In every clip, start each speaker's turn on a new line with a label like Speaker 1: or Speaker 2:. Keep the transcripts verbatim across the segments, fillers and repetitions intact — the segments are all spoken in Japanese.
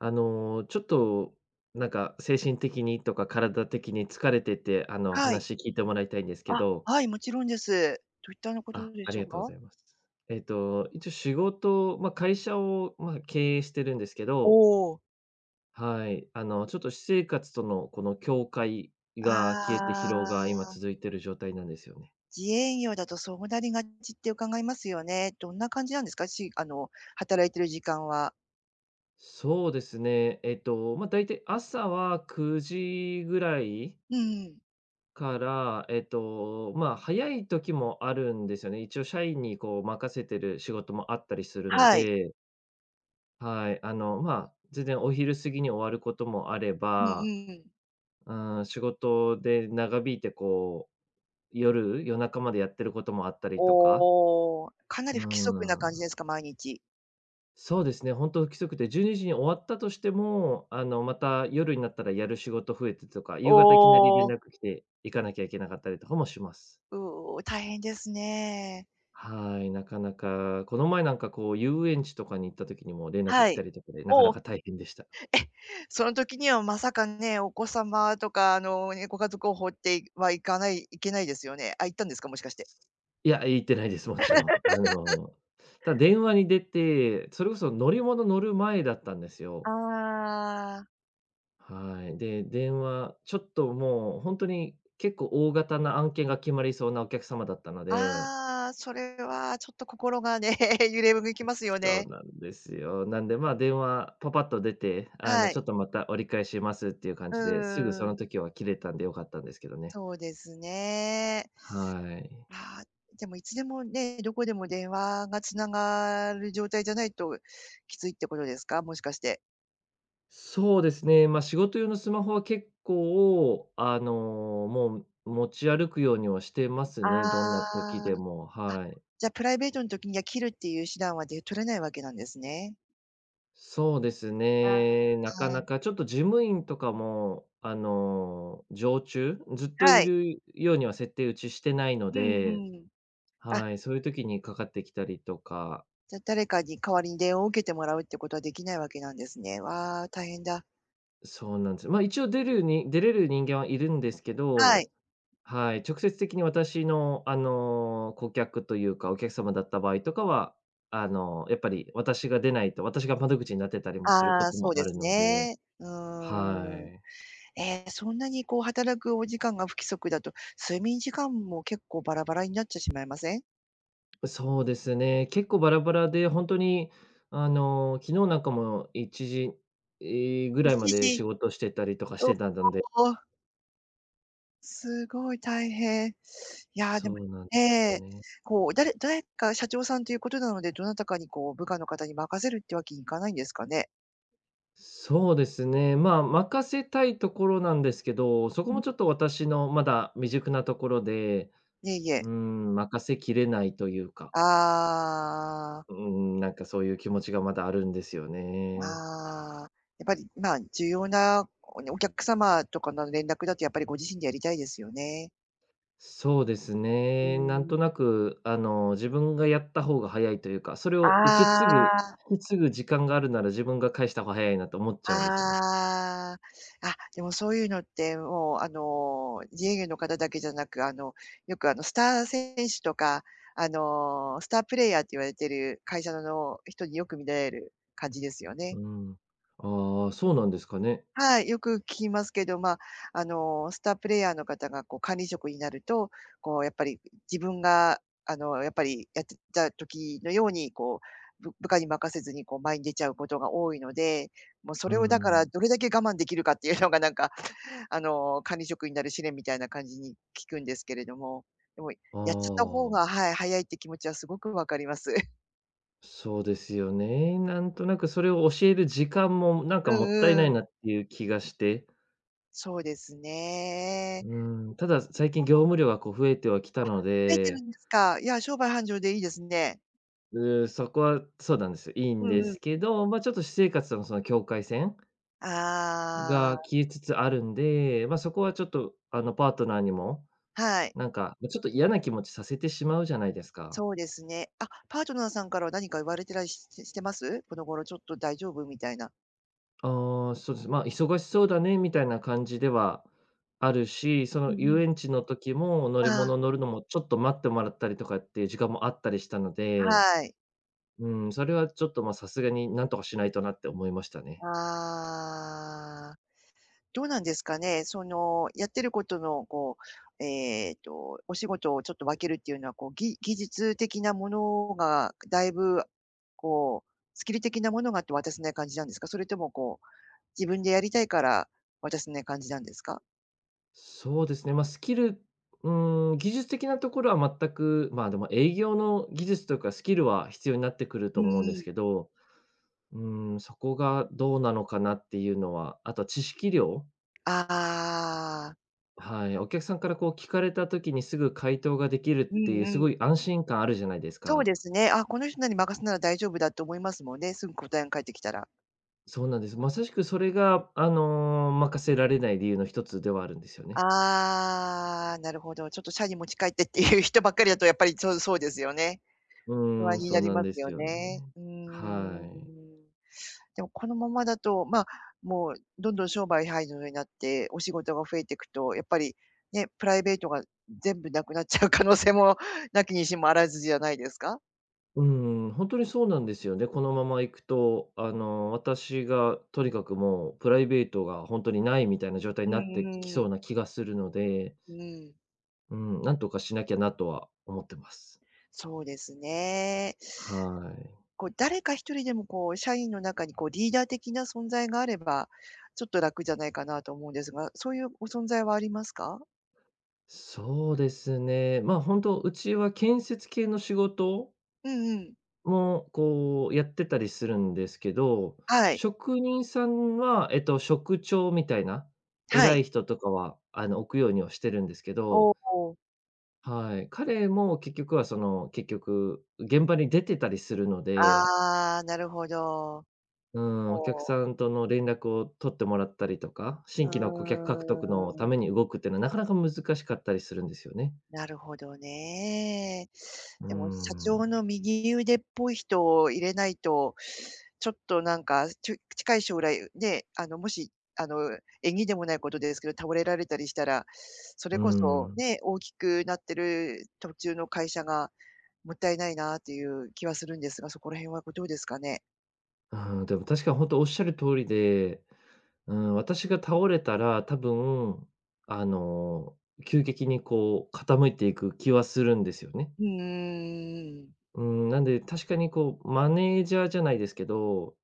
Speaker 1: あの、ちょっと、なんか、精神的にとか体的に疲れてて、あの、
Speaker 2: はい。
Speaker 1: 話聞いてもらいたいんですけ
Speaker 2: あ、
Speaker 1: ど。
Speaker 2: はい、もちろんです。どういったのこと
Speaker 1: あ、
Speaker 2: で
Speaker 1: あ
Speaker 2: し
Speaker 1: り
Speaker 2: ょう
Speaker 1: がとうご
Speaker 2: か？
Speaker 1: ざいます。えっと、一応仕事、ま、会社を、ま、経営してるんですけ
Speaker 2: お
Speaker 1: ど、
Speaker 2: お。
Speaker 1: はい。あの、ちょっと私生活との、この境界が消えて疲
Speaker 2: あ
Speaker 1: 労が今
Speaker 2: あ、
Speaker 1: 続いてる状態なんですよね。
Speaker 2: 自営業だとそうなりがちって伺いますよね。どんな感じなんですか？しあの、働いてる時間は。
Speaker 1: そうですね。えっと、ま、大体朝はくじぐらい
Speaker 2: うん。
Speaker 1: から、えっと、まあ、早い時もあるんですよね。一応社員にこう任せてる仕事もあったりするの
Speaker 2: はい。
Speaker 1: で、はい、あの、まあ、全然お昼過ぎに終わることもあれ
Speaker 2: うん
Speaker 1: ば、
Speaker 2: うん。
Speaker 1: うん、仕事で長引いてこう、夜、夜中までやってることもあったりとか、
Speaker 2: おお、かなり
Speaker 1: う
Speaker 2: 不規則な感
Speaker 1: ん、
Speaker 2: じですか？毎日。
Speaker 1: そうですね、本当不規則で12時にじに終わったとしても、あの、また夜になったらやる仕事増えてとか、
Speaker 2: お
Speaker 1: 夕方いきなり連
Speaker 2: お、
Speaker 1: 絡来て行かなきゃいけなかったりとかもします。
Speaker 2: うお、大変ですね。
Speaker 1: はい、なかなか、この前なんかこう遊園地とかに行った時にも連絡
Speaker 2: は
Speaker 1: 来た
Speaker 2: い。
Speaker 1: りとかで、なか
Speaker 2: お
Speaker 1: な
Speaker 2: お。
Speaker 1: か大変でした。
Speaker 2: その時にはまさかね、お子様とか、あの、ね、ご家族を放ってはいかないいけないですよね。あ、行ったんですか？もしかして。
Speaker 1: いや、行ってないです、もちろん。あの、ただ電話に出て、それこそ乗り物乗る前だったんです
Speaker 2: あ
Speaker 1: よ。
Speaker 2: あ。
Speaker 1: はい。で、電話、ちょっともう本当に結構大型な案件が決まりそうなお客様だったので、
Speaker 2: ああ、それはちょっと心がね、揺れ動きますよ
Speaker 1: そう
Speaker 2: ね。
Speaker 1: なんですよ。なんで、まあ、電話パパッと出て、あの、
Speaker 2: は
Speaker 1: ち
Speaker 2: い。
Speaker 1: ょっとまた折り返しますっていう感
Speaker 2: う
Speaker 1: じで、すぐ
Speaker 2: ー
Speaker 1: そ
Speaker 2: ん。
Speaker 1: の時は切れたんで良かったんですけどね。
Speaker 2: そうですね。
Speaker 1: はい。
Speaker 2: あー、でもいつでもね、どこでも電話が繋がる状態じゃないときついってことですか？もしかして。
Speaker 1: そうですね、まあ、仕事用のスマホは結構、あの、もう持ち歩くようにはしてます
Speaker 2: あ
Speaker 1: ね、どんな時で
Speaker 2: あ、
Speaker 1: も、はい。
Speaker 2: じゃ、プライベートの時には切るっていう手段はで取れないわけなんですね。
Speaker 1: そうです
Speaker 2: あ
Speaker 1: ね、なかな
Speaker 2: あ。
Speaker 1: かちょっと事務員とかも、あの、常駐、ずっと
Speaker 2: は
Speaker 1: い
Speaker 2: い。
Speaker 1: るようには設定打ちしてないの
Speaker 2: う
Speaker 1: で、
Speaker 2: んうん。あ、
Speaker 1: はい、そういう時にかかってきたりとか、
Speaker 2: じゃ、誰かに代わりに電話を受けてもらうってことはできないわけなんですね。わあ、大変だ。
Speaker 1: そうなんです。ま、一応出るに出れる人間はいるんですけ
Speaker 2: は
Speaker 1: ど、
Speaker 2: い。
Speaker 1: はい、直接的に私の、あの、顧客というか、お客様だった場合とかは、あの、やっぱり私が出ないと、私が窓口になってたりもする
Speaker 2: あ
Speaker 1: こ
Speaker 2: あ、
Speaker 1: と
Speaker 2: そう
Speaker 1: も
Speaker 2: で
Speaker 1: ある
Speaker 2: す
Speaker 1: ので、
Speaker 2: ね。う
Speaker 1: は
Speaker 2: ーん。
Speaker 1: い。
Speaker 2: えー、そんなにこう働くお時間が不規則だと、睡眠時間も結構バラバラになっちゃしまいません
Speaker 1: そうですね、結構バラバラで、本当に、あの、昨日なんかもいちじ、え、ぐ
Speaker 2: ？1
Speaker 1: らいまで
Speaker 2: 時、
Speaker 1: 仕事してたりとかし
Speaker 2: おお、
Speaker 1: てたので、
Speaker 2: すごい大変。いやー、でも
Speaker 1: そうなんですよ
Speaker 2: え
Speaker 1: ね。
Speaker 2: こう、誰誰か社長さんということなので、どなたかにこう部下の方に任せるってわけにいかないんですかね？
Speaker 1: そうですね、まあ、任せたいところなんですけど、そこ
Speaker 2: う
Speaker 1: も
Speaker 2: ん。
Speaker 1: ちょっと私のまだ未熟なところで、
Speaker 2: いえい
Speaker 1: うー
Speaker 2: え。
Speaker 1: ん、任せきれないというか、
Speaker 2: ああ。
Speaker 1: うーん、なんかそういう気持ちがまだあるんですよね。
Speaker 2: ああ、やっぱり、まあ、重要なおねお客様とかの連絡だとやっぱりご自身でやりたいですよね。
Speaker 1: そうです
Speaker 2: う
Speaker 1: ね。なん
Speaker 2: ー
Speaker 1: とな
Speaker 2: ん。
Speaker 1: く、あの、自分がやった方が早いというか、それ
Speaker 2: あ
Speaker 1: を受け継ぐ
Speaker 2: あ。
Speaker 1: 引き継ぐ時間があるなら自分が返した方が早いなと思っちゃうんですよね。
Speaker 2: ああ、あ、でもそういうのってもう、あの、自営業の方だけじゃなく、あの、よくあの、スター選手とか、あの、スタープレイヤーって言われてる会社の人によく見られる感じですよね。
Speaker 1: うん。ああ、そうなんですかね。
Speaker 2: はい、よく聞きますけど、まあ、あの、スタープレイヤーの方がこう管理職になると、こうやっぱり自分があの、やっぱりやってた時のように、こう、部部下に任せずにこう前に出ちゃうことが多いので、もうそ
Speaker 1: う
Speaker 2: れをだから
Speaker 1: ん。
Speaker 2: どれだけ我慢できるかっていうのがなんか、あの、管理職になる試練みたいな感じに聞くんですけれども、でも
Speaker 1: あ
Speaker 2: やっちゃった方が、
Speaker 1: あ、
Speaker 2: はい、早いって気持ちはすごくわかります。
Speaker 1: そうですよね。なんとなくそれを教える時間もなん
Speaker 2: う
Speaker 1: かもったい
Speaker 2: ん
Speaker 1: な
Speaker 2: うん。
Speaker 1: いなっていう気がして。
Speaker 2: そうですね。
Speaker 1: うん、ただ最近
Speaker 2: あ、も
Speaker 1: 業
Speaker 2: う
Speaker 1: 務量がこう増えてはきたの
Speaker 2: いてる
Speaker 1: で、
Speaker 2: んですか。いや、商売繁盛でいいですね。
Speaker 1: うーん、そこはそうなんですよ。いい
Speaker 2: う
Speaker 1: ん
Speaker 2: ん
Speaker 1: で
Speaker 2: うん。
Speaker 1: すけど、まあ、ちょっと私生活とのその境界線
Speaker 2: あ
Speaker 1: が
Speaker 2: あ。
Speaker 1: 消えつつあるんで、まあ、そこはちょっと、あの、パートナーにも、
Speaker 2: はい。
Speaker 1: なんか、まちょっと嫌な気持ちさせてしまうじゃないですか。
Speaker 2: そうですね。あ、パートナーさんからは何か言われてらしししてます？この頃ちょっと大丈夫みたいな。
Speaker 1: ああ、そうです。まあ、忙しそうだねみたいな感じではあるし、そ
Speaker 2: うん
Speaker 1: の
Speaker 2: う
Speaker 1: 遊園
Speaker 2: ん。
Speaker 1: 地の時も乗り
Speaker 2: ああ。
Speaker 1: 物乗るのもちょっと待ってもらったりとかっていう時間もあったりしたので、
Speaker 2: はい。
Speaker 1: うん、それはちょっと、ま、さすがになんとかしないとなって思いましたね。
Speaker 2: ああ、どうなんですかね。その、やってることのこう、えっと、お仕事をちょっと分けるっていうのは、こう、ぎ技術的なものがだいぶ、こう、スキル的なものがあって渡せない感じなんですか？それともこう、自分でやりたいから渡せない感じなんですか？
Speaker 1: そうですね、まあ、スキル、うーん、技術的なところは全く、まあ、でも営業の技術とかスキルは必要になってくる
Speaker 2: う
Speaker 1: と
Speaker 2: んう
Speaker 1: 思うんです
Speaker 2: ん。
Speaker 1: けど、うーん、そこがどうなのかなっていうのは、あと知識量、
Speaker 2: ああ。
Speaker 1: はい、お客さんからこう聞かれた時にすぐ回答ができるっ
Speaker 2: う
Speaker 1: てい
Speaker 2: ん
Speaker 1: う
Speaker 2: う
Speaker 1: す
Speaker 2: ん。
Speaker 1: ごい安心感あるじゃないです
Speaker 2: そう
Speaker 1: か。
Speaker 2: ですね。あ、この人に任せなら大丈夫だと思いますもんね、すぐ答えが返ってきたら。
Speaker 1: そうなんです。まさしくそれが、あの、任せられない理由の一つではあるんですよね。
Speaker 2: ああ、なるほど。ちょっと社に持ち帰ってっていう人ばっかりだとやっぱりそうそうですよね。
Speaker 1: う
Speaker 2: 不
Speaker 1: ー
Speaker 2: 安
Speaker 1: ん、
Speaker 2: に
Speaker 1: そ
Speaker 2: な
Speaker 1: う
Speaker 2: り
Speaker 1: なん
Speaker 2: ます
Speaker 1: で
Speaker 2: よ
Speaker 1: すよね。
Speaker 2: ね。うー
Speaker 1: は
Speaker 2: ん。
Speaker 1: い。
Speaker 2: でもこのままだと、まあ、もうどんどん商売繁盛になってお仕事が増えていくと、やっぱりね、プライベートが全部なくなっちゃう可能性もなきにしもあらずじゃないですか？
Speaker 1: うん、本当にそうなんですよね。このまま行くと、あの、私がとにかくもうプライベートが本当にないみたいな状態
Speaker 2: う
Speaker 1: になっ
Speaker 2: んう
Speaker 1: てき
Speaker 2: んう
Speaker 1: そ
Speaker 2: ん。
Speaker 1: うな気がするので、
Speaker 2: うん。
Speaker 1: うん、なんとかしなきゃなとは思ってます。
Speaker 2: そうですね。
Speaker 1: はい。
Speaker 2: こう、誰か一人でもこう、社員の中にこう、リーダー的な存在があれば、ちょっと楽じゃないかなと思うんですが、そういうご存在はありますか？
Speaker 1: そうですね。ま、あ本当うちは建設系の仕事
Speaker 2: うんうん。
Speaker 1: も、こう、やってたりするんですけど、
Speaker 2: はい。
Speaker 1: 職人さんは、えっと、職長みたいな、
Speaker 2: は
Speaker 1: 偉
Speaker 2: い。
Speaker 1: い人とかは、あの、置くようにはしてるんですけど、
Speaker 2: おお。
Speaker 1: はい。彼も結局はその、結局、現場に出てたりするので、
Speaker 2: ああ、なるほど。
Speaker 1: うん、お客
Speaker 2: おお。
Speaker 1: さんとの連絡を取ってもらったりとか、新規の顧客
Speaker 2: う
Speaker 1: 獲得のため
Speaker 2: ー、
Speaker 1: に動くっていうのはなかなか難しかったりするんですよね。
Speaker 2: なるほどね。
Speaker 1: うー
Speaker 2: でも社長
Speaker 1: ん。
Speaker 2: の右腕っぽい人を入れないと、ちょっとなんか、ちょ近い将来、ね、あの、もし、あの、縁起でもないことですけど、倒れられたりしたら、それ
Speaker 1: うー
Speaker 2: こそ
Speaker 1: ん。
Speaker 2: ね、大きくなってる途中の会社がもったいないなっていう気はするんですが、そこら辺はごどうですかね？
Speaker 1: ああ、でも確かに本当おっしゃる通りで、うん、私が倒れたら、多分、あの、急激にこう傾いていく気はするんですよね。
Speaker 2: うんん、
Speaker 1: うん、なんで確かにこうマネージャーじゃないですけど、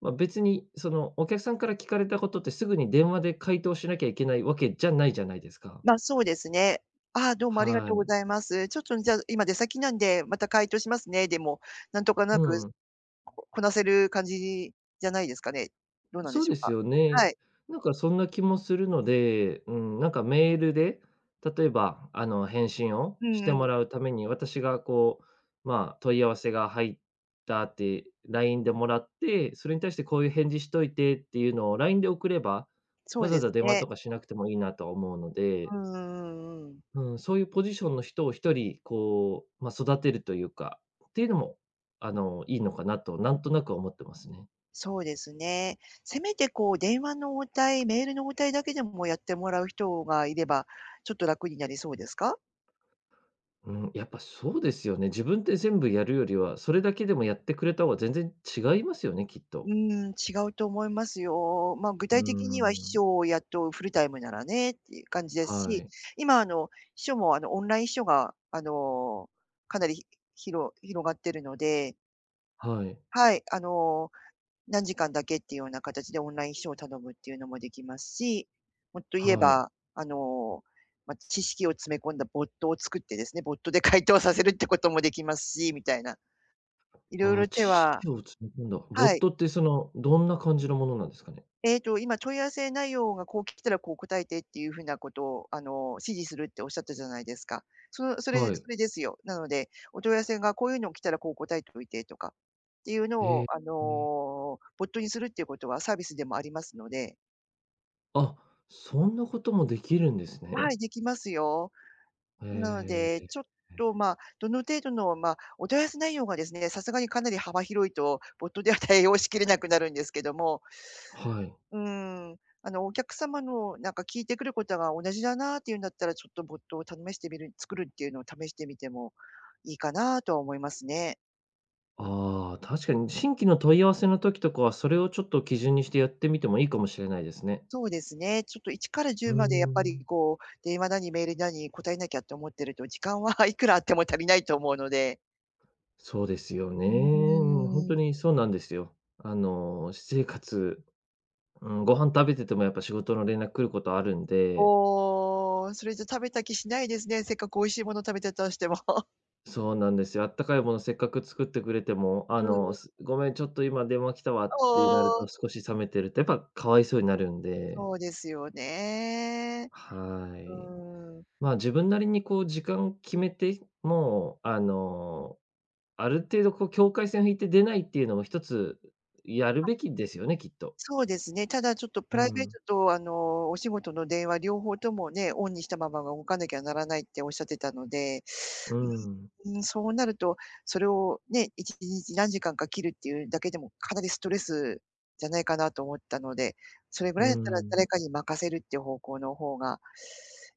Speaker 1: まあ、別に、その、お客さんから聞かれたことってすぐに電話で回答しなきゃいけないわけじゃないじゃないですか。
Speaker 2: まあそうですね。ああ、どうもありがと
Speaker 1: は
Speaker 2: うご
Speaker 1: い。
Speaker 2: ざいます。ちょっとじゃあ、今出先なんで、また回答しますね。でも、なんとか
Speaker 1: う
Speaker 2: なく
Speaker 1: ん。
Speaker 2: ここなせる感じじゃないですかね。どうなんで
Speaker 1: そう
Speaker 2: しょう
Speaker 1: です
Speaker 2: か？
Speaker 1: よ
Speaker 2: は
Speaker 1: ね。
Speaker 2: い。
Speaker 1: なんかそんな気もするので、うん、なんかメールで、例えば、あの、返信を
Speaker 2: う
Speaker 1: し
Speaker 2: ん
Speaker 1: て
Speaker 2: う
Speaker 1: も
Speaker 2: ん。
Speaker 1: らうために、私がこう、まあ、問い合わせが入ったってラインでもらって、それに対してこういう返事しといてっていうのをラインで送れば、
Speaker 2: そ
Speaker 1: わ
Speaker 2: う
Speaker 1: ざ
Speaker 2: で
Speaker 1: わざ
Speaker 2: す
Speaker 1: 電話と
Speaker 2: ね。
Speaker 1: かしなくてもいいなとは思うの
Speaker 2: う
Speaker 1: で、
Speaker 2: んうんうんうん。
Speaker 1: うん、そういうポジションの人を一人こう、まあ、育てるというか、っていうのも、あの、いいのかなとなんとなく思ってますね。
Speaker 2: そうですね。せめてこう電話の応対、メールの応対だけでもやってもらう人がいれば、ちょっと楽になりそうですか？
Speaker 1: うん、やっぱそうですよね。自分で全部やるよりは、それだけでもやってくれた方が全然違いますよね、きっと。
Speaker 2: うん、違うと思いますよ。まあ、具
Speaker 1: うー
Speaker 2: 体的には秘
Speaker 1: ん。
Speaker 2: 書を雇うフルタイムならねっていう感じです
Speaker 1: は
Speaker 2: し、
Speaker 1: い。
Speaker 2: 今あの、秘書もあの、オンライン秘書があの、かなりひろ広がってるので、
Speaker 1: はい。
Speaker 2: はい、あの、何時間だけっていうような形でオンライン秘書を頼むっていうのもできますし、もっと言え
Speaker 1: はい。
Speaker 2: ば、あの、ま、知識を詰め込んだボットを作ってですね、ボットで回答させるってこともできますし、みたいな。いろい
Speaker 1: ああ、
Speaker 2: ろ
Speaker 1: 知
Speaker 2: 手は。
Speaker 1: 識を積み込んだ。ボ
Speaker 2: は
Speaker 1: ッ
Speaker 2: い。
Speaker 1: トってその、どんな感じのものなんですかね？
Speaker 2: ええと、今問い合わせ内容がこう来たらこう答えてっていう風なことを、あの、指示するっておっしゃったじゃないですか。そそれ
Speaker 1: は
Speaker 2: そ
Speaker 1: い。
Speaker 2: れですよ。なので、お問い合わせがこういうの来たらこう答えといてとかっていうの
Speaker 1: へ
Speaker 2: を、
Speaker 1: え、
Speaker 2: あ
Speaker 1: え。
Speaker 2: の、ボットにするっていうことはサービスでもありますので。
Speaker 1: あ、そんなこともできるんです
Speaker 2: は
Speaker 1: ね。
Speaker 2: い、できますよ。なので、ちょっ
Speaker 1: ええ。
Speaker 2: と、まあ、どの程度の、まあ、お問い合わせ内容がですね、さすがにかなり幅広いと、ボットでは対応しきれなくなるんですけども、
Speaker 1: はい。
Speaker 2: うーん、あの、お客様のなんか聞いてくることが同じだなっていうんだったら、ちょっとボットを試してみる作るっていうのを試してみてもいいかなとは思いますね。
Speaker 1: ああ、確かに新規の問い合わせの時とかは、それをちょっと基準にしてやってみてもいいかもしれないですね。
Speaker 2: そうですね。ちょっといちから
Speaker 1: うー
Speaker 2: じゅうまでやっぱり
Speaker 1: ん。
Speaker 2: こう、電話なりメールなりに答えなきゃって思ってると、時間は いくらあっても足りないと思うので。
Speaker 1: そうですよね。
Speaker 2: う
Speaker 1: う
Speaker 2: ー
Speaker 1: ん、
Speaker 2: ん。
Speaker 1: にそうなんですよ。あの、私生活、うん、ご飯食べててもやっぱ仕事の連絡来ることあるんで、
Speaker 2: おお、それじゃ食べた気しないですね、せっかく美味しいもの食べてたとしても。
Speaker 1: そうなんですよ。あったかいものせっかく作ってくれても、あ
Speaker 2: う
Speaker 1: の、
Speaker 2: ん、
Speaker 1: す「ごめん、ちょっと今電話来たわ」ってなる
Speaker 2: お
Speaker 1: と、
Speaker 2: お、
Speaker 1: 少し冷めてるとやっぱかわいそうになるんで、
Speaker 2: そうですよね。
Speaker 1: は
Speaker 2: う
Speaker 1: い。
Speaker 2: ーん、
Speaker 1: まあ、自分なりにこう時間決めて、もう、あのある程度こう境界線を引いて出ないっていうのも一つ、やるべきですよね、きっと。
Speaker 2: そうですね。ただちょっとプ
Speaker 1: う
Speaker 2: ライベー
Speaker 1: ん、
Speaker 2: トとあの、お仕事の電話両方ともね、オンにしたまま動かなきゃならないっておっしゃってたので、
Speaker 1: うん、
Speaker 2: うん、うーん、そうなると、それをね、いちにち何時間か切るっていうだけでもかなりストレスじゃないかなと思ったので、それぐ
Speaker 1: う
Speaker 2: らいだったら
Speaker 1: ん。
Speaker 2: 誰かに任せるっていう方向の方が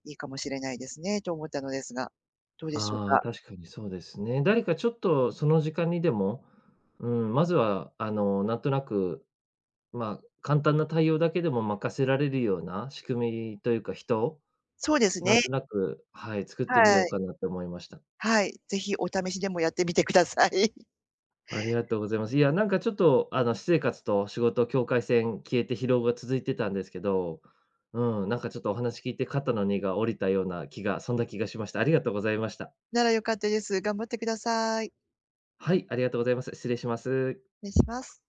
Speaker 2: いいかもしれないですねと思ったのですが、どうでしょう
Speaker 1: ああ、
Speaker 2: か？
Speaker 1: 確かにそうですね。誰かちょっとその時間にでも、うん、まずはあの、なんとなく、まあ、簡単な対応だけでも任せられるような仕組みというか、人を
Speaker 2: そうです
Speaker 1: なん
Speaker 2: ね、
Speaker 1: となく、はい、作っ
Speaker 2: は
Speaker 1: てみよう
Speaker 2: い。
Speaker 1: かなって思いました。
Speaker 2: はい、ぜひお試しでもやってみてください。
Speaker 1: ありがとうございます。いや、なんかちょっと、あの、私生活と仕事境界線消えて疲労が続いてたんですけど、うん、なんかちょっとお話聞いて肩の荷が下りたような気がそんな気がしました。ありがとうございました。
Speaker 2: なら良かったです。頑張ってください。
Speaker 1: はい、ありがとうございます。失礼します。
Speaker 2: 失礼します。